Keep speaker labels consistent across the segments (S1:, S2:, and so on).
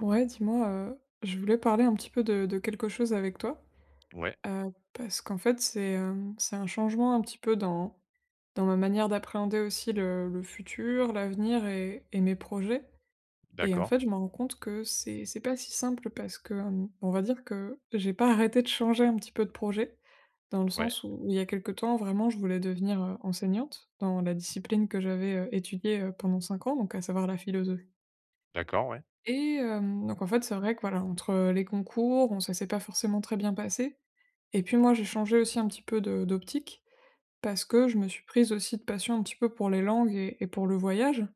S1: Ouais, dis-moi, je voulais parler un petit peu de quelque chose avec toi,
S2: Ouais,
S1: parce qu'en fait, c'est un changement un petit peu dans ma manière d'appréhender aussi le futur, l'avenir et mes projets. Et en
S2: d'accord.
S1: fait, je me rends compte que c'est pas si simple parce que, on va dire que j'ai pas arrêté de changer un petit peu de projet, dans le
S2: Ouais,
S1: sens où il y a quelque temps, vraiment, je voulais devenir, enseignante dans la discipline que j'avais, étudiée, pendant 5 ans, donc à savoir la philosophie.
S2: d'accord, ouais,
S1: Donc en fait, c'est vrai que voilà, entre les concours, on ça s'est pas forcément très bien passé et puis moi, j'ai changé aussi un petit peu de d'optique parce que je me suis prise aussi de passion un petit peu pour les langues et pour le voyage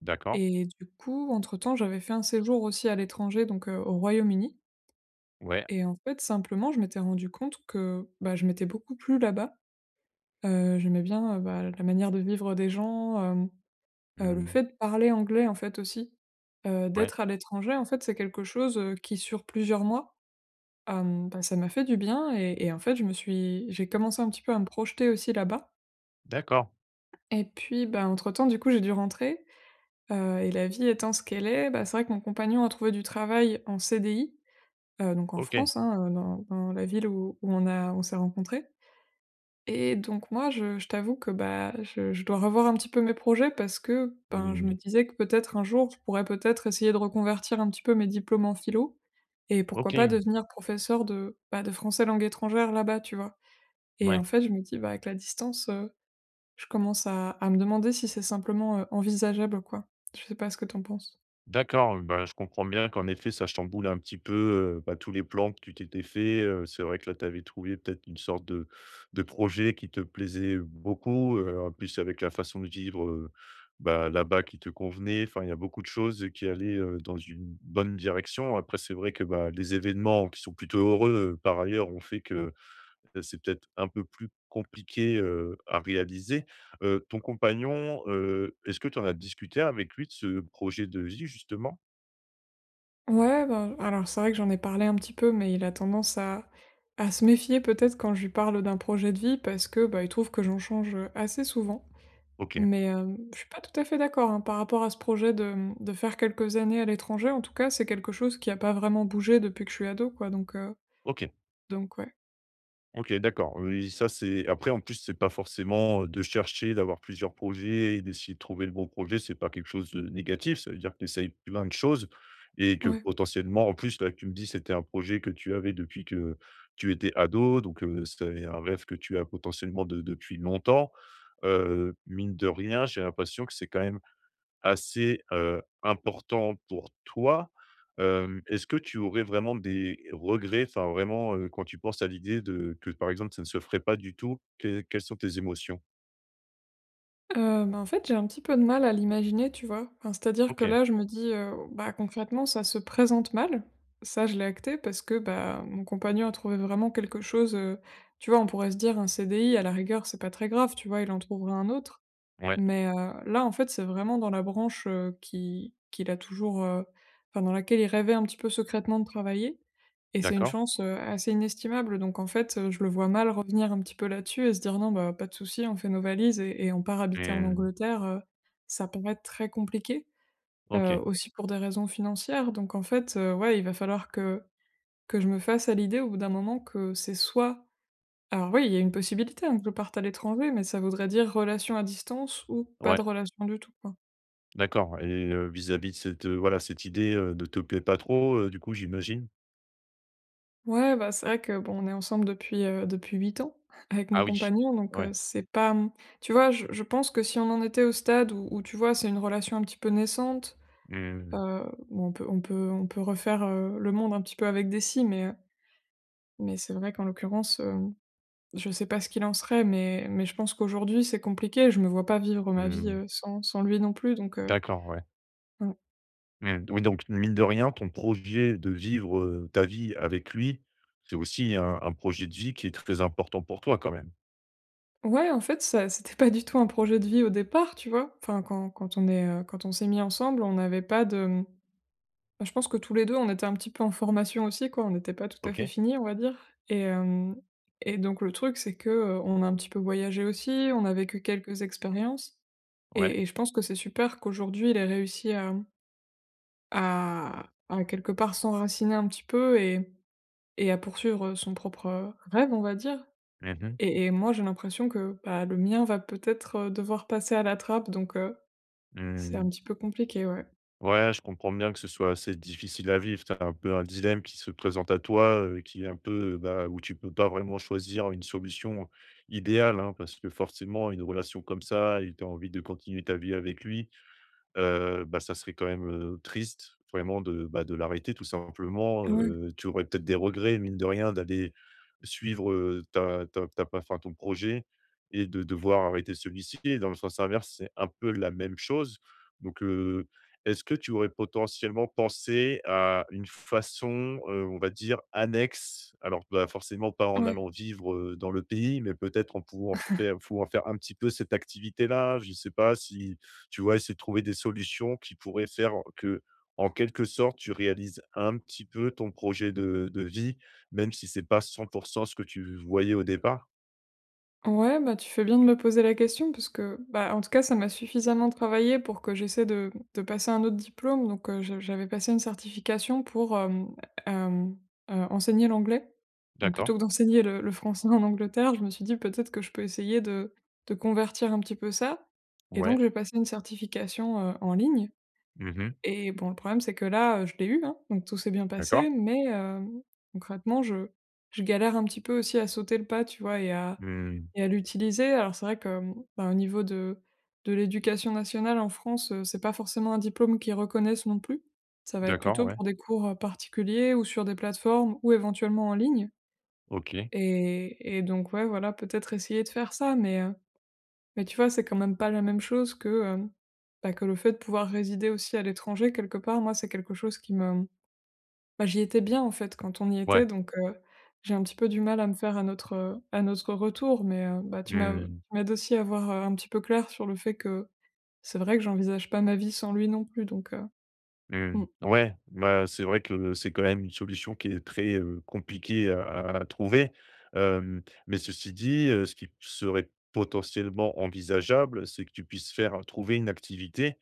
S2: d'accord.
S1: et du coup, entre-temps, j'avais fait un séjour aussi à l'étranger, donc au Royaume-Uni.
S2: Ouais,
S1: Et en fait, simplement, je m'étais rendue compte que, bah, je m'étais beaucoup plu là-bas. J'aimais bien, bah, la manière de vivre des gens. Hem Le
S2: mmh,
S1: fait de parler anglais, en fait, aussi,
S2: ouais,
S1: d'être à l'étranger, en fait, c'est quelque chose, qui sur plusieurs mois, bah, ça m'a fait du bien et en fait, je me suis j'ai commencé un petit peu à me projeter aussi là-bas
S2: d'accord.
S1: et puis, bah, entre temps, du coup, j'ai dû rentrer, et la vie étant ce qu'elle est, bah, c'est vrai que mon compagnon a trouvé du travail en CDI, donc en
S2: OK.
S1: France, hein, dans la ville où on a on s'est rencontrés. Et donc moi, je t'avoue que, bah, je dois revoir un petit peu mes projets parce que, ben, je me
S2: Mmh,
S1: disais que peut-être un jour, je pourrais peut-être essayer de reconvertir un petit peu mes diplômes en philo et pourquoi pas
S2: OK,
S1: devenir professeur de, bah, de français langue étrangère là-bas, tu vois? Et en
S2: mouais.
S1: fait, je me dis, bah, avec la distance, je commence à me demander si c'est simplement, envisageable, quoi. Je sais pas ce que t'en penses?
S2: D'accord, bah, je comprends bien qu'en effet, ça chamboule un petit peu, bah, tous les plans que tu t'étais fait, c'est vrai que là, tu avais trouvé peut-être une sorte de projet qui te plaisait beaucoup, en plus avec la façon de vivre, bah, là-bas qui te convenait. Enfin, il y a beaucoup de choses qui allaient, dans une bonne direction. Après, c'est vrai que, bah, les événements qui sont plutôt heureux, par ailleurs, ont fait que, mmh, c'est peut-être un peu plus compliqué, à réaliser. Ton compagnon, est-ce que tu en as discuté avec lui de ce projet de vie justement?
S1: Ouais, ben, alors c'est vrai que j'en ai parlé un petit peu, mais il a tendance à se méfier peut-être quand je lui parle d'un projet de vie parce que, bah, il trouve que j'en change, assez souvent.
S2: OK,
S1: Mais je suis pas tout à fait d'accord, hein, par rapport à ce projet de, mmh, de faire quelques années à l'étranger. En tout cas, c'est quelque chose qui a pas vraiment bougé depuis que je suis ado, quoi,
S2: OK.
S1: donc ouais.
S2: OK, d'accord. Oui, ça, c'est après, en plus, c'est pas forcément, de chercher, d'avoir plusieurs projets et d'essayer de trouver le bon projet, c'est pas quelque chose de négatif. Ça veut dire que tu essayes plein de choses et que
S1: Ouais.
S2: potentiellement, en plus, là, tu me dis, c'était un projet que tu avais depuis que tu étais ado, donc c'est un rêve que tu as potentiellement de depuis longtemps. Mine de rien, j'ai l'impression que c'est quand même assez, important pour toi. Est-ce que tu aurais vraiment des regrets? Enfin vraiment, quand tu penses à l'idée de que par exemple ça ne se ferait pas du tout, que quelles sont tes émotions?
S1: Bah, en fait, j'ai un petit peu de mal à l'imaginer, tu vois? Enfin, c'est-à-dire que
S2: OK,
S1: là, je me dis, bah, concrètement, ça se présente mal. Ça, je l'ai acté parce que, bah, mon compagnon a trouvé vraiment quelque chose, tu vois? On pourrait se dire un CDI, à la rigueur, c'est pas très grave, tu vois? Il en trouvera un autre.
S2: ouais,
S1: Mais là, en fait, c'est vraiment dans la branche, qui qu'il a toujours, enfin, dans laquelle il rêvait un petit peu secrètement de travailler et c'est une
S2: d'accord.
S1: chance, assez inestimable donc en fait, je le vois mal revenir un petit peu là-dessus et se dire: «Non, bah, pas de souci, on fait nos valises et on part habiter en
S2: Hem,
S1: Angleterre», ça paraît très compliqué,
S2: OK,
S1: aussi pour des raisons financières donc en fait, ouais, il va falloir que je me fasse à l'idée au bout d'un moment que c'est soit alors oui, il y a une possibilité, hein, que je parte à l'étranger, mais ça voudrait dire relation à distance ou pas
S2: ouais,
S1: de relation du tout, quoi.
S2: d'accord et vis-à-vis de cette, voilà, cette idée, ne te plaît pas trop, du coup j'imagine?
S1: Ouais, bah, c'est vrai que, bon, on est ensemble depuis, depuis 8 ans avec mon
S2: Ah oui,
S1: compagnon, donc
S2: ouais.
S1: c'est pas, mmh, tu vois, je pense que si on en était au stade où, tu vois, c'est une relation un petit peu naissante,
S2: Mmh mh.
S1: heu, on peut on peut refaire, le monde un petit peu avec des si, mais c'est vrai qu'en l'occurrence, je sais pas ce qu'il en serait, mais je pense qu'aujourd'hui, c'est compliqué. Je me vois pas vivre ma vie,
S2: Mmh.
S1: sans lui non plus, donc
S2: D'accord, ouais.
S1: ouais.
S2: Mmh, oui, donc mine de rien, ton projet de vivre, ta vie avec lui, c'est aussi un projet de vie qui est très important pour toi quand même?
S1: Ouais, en fait, ça c'était pas du tout un projet de vie au départ, tu vois? Enfin, quand on est, quand on s'est mis ensemble, on n'avait pas de, mmh, bah, je pense que tous les 2, on était un petit peu en formation aussi, quoi. On n'était pas tout à fait
S2: OK,
S1: finis, on va dire et hem et donc le truc, c'est que, on a un petit peu voyagé aussi, on a vécu quelques expériences
S2: ouais.
S1: et je pense que c'est super qu'aujourd'hui, il ait réussi à, mmh, à quelque part s'enraciner un petit peu et à poursuivre, son propre, rêve, on va dire.
S2: Mmh mh.
S1: Et moi, j'ai l'impression que, bah, le mien va peut-être, devoir passer à la trappe donc c'est un
S2: Mmh.
S1: petit peu compliqué, ouais.
S2: Ouais, je comprends bien que ce soit assez difficile à vivre. C'est un peu un dilemme qui se présente à toi, qui est un peu, bah, où tu peux pas vraiment choisir une solution idéale, hein, parce que forcément une relation comme ça et tu as envie de continuer ta vie avec lui, bah, ça serait quand même, triste vraiment de, bah, de l'arrêter tout simplement,
S1: Ouais,
S2: tu aurais peut-être des regrets mine de rien d'aller suivre, ta enfin, ton projet et de devoir arrêter celui-ci et dans le sens inverse, c'est un peu la même chose donc est-ce que tu aurais potentiellement pensé à une façon, on va dire annexe? Alors, bah, forcément pas en
S1: ouais.
S2: allant vivre, dans le pays, mais peut-être en pouvant faire un petit peu cette activité-là? Je ne sais pas si tu vois? Essayer de trouver des solutions qui pourraient faire que, en quelque sorte, tu réalises un petit peu ton projet de vie, même si c'est pas 100 ce que tu voyais au départ?
S1: Ouais, bah, tu fais bien de me poser la question parce que, bah, en tout cas, ça m'a suffisamment travaillé pour que j'essaie de passer un autre diplôme donc je j'avais passé une certification pour, hem, enseigner l'anglais. Donc plutôt
S2: D'accord.
S1: que d'enseigner le français en Angleterre, je me suis dit: «Peut-être que je peux essayer de convertir un petit peu ça» et donc
S2: Ouais.
S1: j'ai passé une certification, en ligne.
S2: Mmh.
S1: Et bon, le problème, c'est que là, je l'ai eu, hein, donc tout s'est bien
S2: D'accord.
S1: passé, mais concrètement, je galère un petit peu aussi à sauter le pas, tu vois?
S2: Mmh.
S1: Et à l'utiliser. Alors c'est vrai que, ben, au niveau de l'éducation nationale en France, c'est pas forcément un diplôme qu'ils reconnaissent non plus. Ça va être
S2: D'accord,
S1: plutôt
S2: ouais.
S1: pour des cours, particuliers ou sur des plateformes ou éventuellement en ligne
S2: OK.
S1: et donc ouais, voilà, peut-être essayer de faire ça, mais tu vois, c'est quand même pas la même chose que, bah, que le fait de pouvoir résider aussi à l'étranger quelque part. Moi, c'est quelque chose qui me bah, j'y étais bien, en fait, quand on y était,
S2: Ouais.
S1: donc j'ai un petit peu du mal à me faire à notre retour, mais bah,
S2: Mmh.
S1: tu m'aides aussi à voir, un petit peu clair sur le fait que c'est vrai que j'envisage pas ma vie sans lui non plus, donc
S2: Mmh.
S1: mmh.
S2: Ouais, bah, c'est vrai que c'est quand même une solution qui est très, compliquée à trouver. Hem, mais ceci dit, ce qui serait potentiellement envisageable, c'est que tu puisses faire trouver une activité,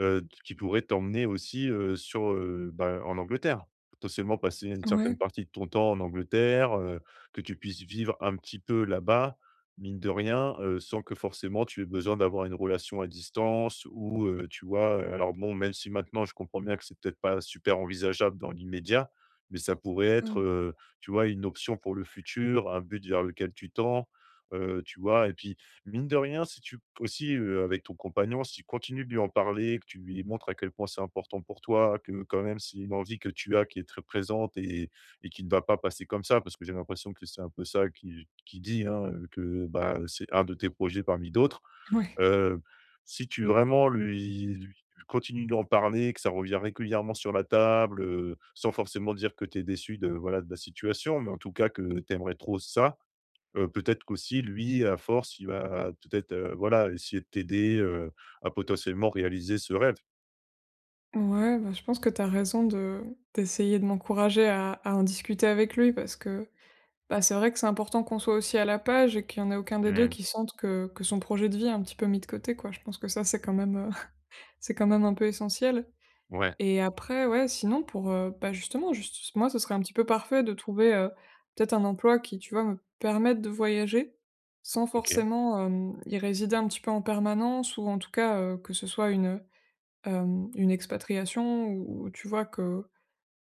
S2: Qui pourrait t'emmener aussi, sur, bah, en Angleterre. Potentiellement passer une certaine
S1: Ouais,
S2: partie de ton temps en Angleterre, que tu puisses vivre un petit peu là-bas, mine de rien, sans que forcément tu aies besoin d'avoir une relation à distance ou, tu vois? Alors bon, même si maintenant je comprends bien que c'est peut-être pas super envisageable dans l'immédiat, mais ça pourrait être,
S1: mmh,
S2: tu vois? Une option pour le futur, un but vers lequel tu tends, tu vois? Et puis mine de rien, si tu aussi, avec ton compagnon, si tu continues de lui en parler, que tu lui montres à quel point c'est important pour toi, que quand même c'est une envie que tu as qui est très présente et qui ne va pas passer comme ça, parce que j'ai l'impression que c'est un peu ça qui dit, hein, que, bah, c'est un de tes projets parmi d'autres.
S1: ouais.
S2: Heu, Si tu vraiment lui continues d'en parler, que ça revient régulièrement sur la table, sans forcément dire que tu es déçu de, voilà, de la situation, mais en tout cas que tu aimerais trop ça, peut-être qu'aussi lui, à force, il va peut-être, voilà, essayer de t'aider, à potentiellement réaliser ce rêve.
S1: Ouais, bah, je pense que tu as raison de d'essayer de m'encourager à en discuter avec lui parce que bah, c'est vrai que c'est important qu'on soit aussi à la page et qu'il y en ait aucun des 2
S2: Mmh.
S1: qui sente que son projet de vie est un petit peu mis de côté, quoi. Je pense que ça, c'est quand même, c'est quand même un peu essentiel
S2: Ouais,
S1: et après, ouais, sinon pour, bah, justement, juste moi, ce serait un petit peu parfait de trouver, peut-être un emploi qui, tu vois, me permette de voyager sans
S2: OK.
S1: forcément, y résider un petit peu en permanence ou en tout cas, que ce soit une expatriation ou tu vois que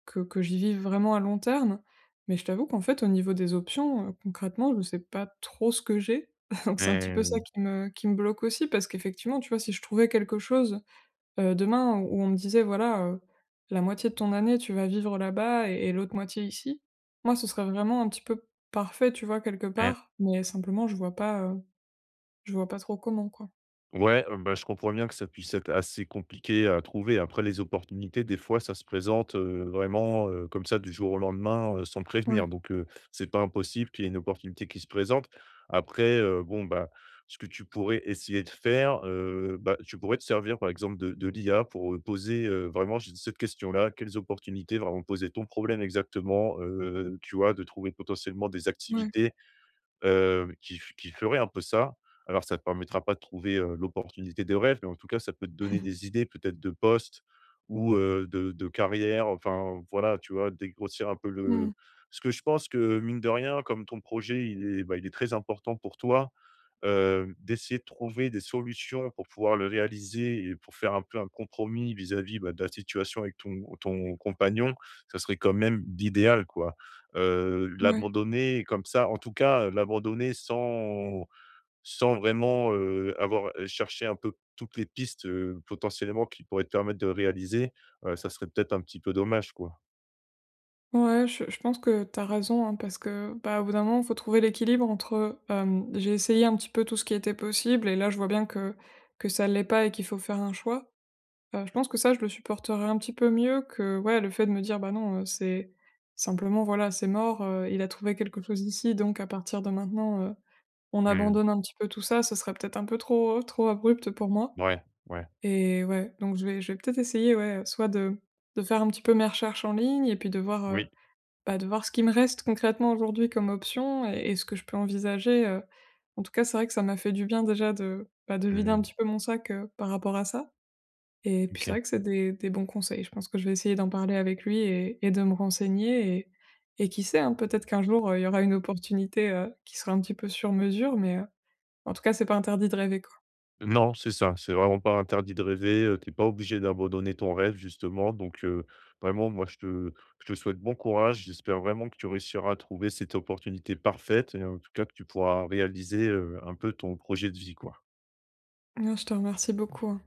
S1: que j'y vive vraiment à long terme, mais je t'avoue qu'en fait, au niveau des options, concrètement, je sais pas trop ce que j'ai. Donc c'est un petit peu ça
S2: Mmh.
S1: qui me bloque aussi parce qu'effectivement, tu vois, si je trouvais quelque chose, demain où on me disait: «Voilà, la moitié de ton année, tu vas vivre là-bas et l'autre moitié ici», moi, ce serait vraiment un petit peu parfait, tu vois, quelque
S2: Mmh.
S1: part, mais simplement, je vois pas trop comment, quoi.
S2: Ouais, bah, je comprends bien que ça puisse être assez compliqué à trouver. Après les opportunités, des fois, ça se présente, vraiment, comme ça du jour au lendemain, sans
S1: Ouais,
S2: prévenir. Donc, c'est pas impossible qu'il y ait une opportunité qui se présente. Après, bon, bah, ce que tu pourrais essayer de faire, bah, tu pourrais te servir, par exemple, de l'IA pour, poser, vraiment j cette question-là: «Quelles opportunités?» Vraiment poser ton problème exactement, tu vois? De trouver potentiellement des
S1: ouais.
S2: activités, qui ferait un peu ça. Alors ça ne te permettra pas de trouver, l'opportunité des rêves, mais en tout cas, ça peut te donner des idées peut-être de poste ou, de carrière, enfin voilà, tu vois? Dégrossir un peu
S1: Mmh.
S2: le, parce que je pense que mine de rien, comme ton projet, il est, bah, il est très important pour toi. D'essayer de trouver des solutions pour pouvoir le réaliser et pour faire un peu un compromis vis-à-vis, bah, de la situation avec ton ton compagnon, ça serait quand même l'idéal, quoi.
S1: Ouais.
S2: L'abandonner comme ça, en tout cas, l'abandonner sans vraiment, avoir cherché un peu toutes les pistes, potentiellement qui pourraient te permettre de réaliser, ça serait peut-être un petit peu dommage, quoi.
S1: Ouais, je pense que t'as raison, hein, parce que, bah, au bout d'un moment, il faut trouver l'équilibre entre, j'ai essayé un petit peu tout ce qui était possible et là, je vois bien que ça l'est pas et qu'il faut faire un choix. Je pense que ça, je le supporterais un petit peu mieux que, ouais, le fait de me dire: «Bah, non, c'est simplement, voilà, c'est mort, il a trouvé quelque chose ici, donc à partir de maintenant, on
S2: Mmh.
S1: abandonne un petit peu tout ça». Ce serait peut-être un peu trop, trop abrupt pour moi
S2: Ouais, ouais.
S1: et ouais, donc je vais peut-être essayer, ouais, soit de faire un petit peu mes recherches en ligne et puis de voir,
S2: Oui.
S1: bah, de voir ce qui me reste concrètement aujourd'hui comme option et ce que je peux envisager, en tout cas, c'est vrai que ça m'a fait du bien déjà de, bah, de vider un
S2: Mmh.
S1: petit peu mon sac, par rapport à ça et puis c'est
S2: OK.
S1: vrai que c'est des bons conseils. Je pense que je vais essayer d'en parler avec lui et de me renseigner et qui sait, hein, peut-être qu'un jour, il y aura une opportunité, qui sera un petit peu sur mesure mais, en tout cas, c'est pas interdit de rêver, quoi.
S2: Non, c'est ça, c'est vraiment pas interdit de rêver, tu pas obligé d'abandonner ton rêve justement donc vraiment moi je te souhaite bon courage. J'espère vraiment que tu réussiras à trouver cette opportunité parfaite et en tout cas que tu pourras réaliser, un peu ton projet de vie, quoi.
S1: Non, je te remercie beaucoup, hein.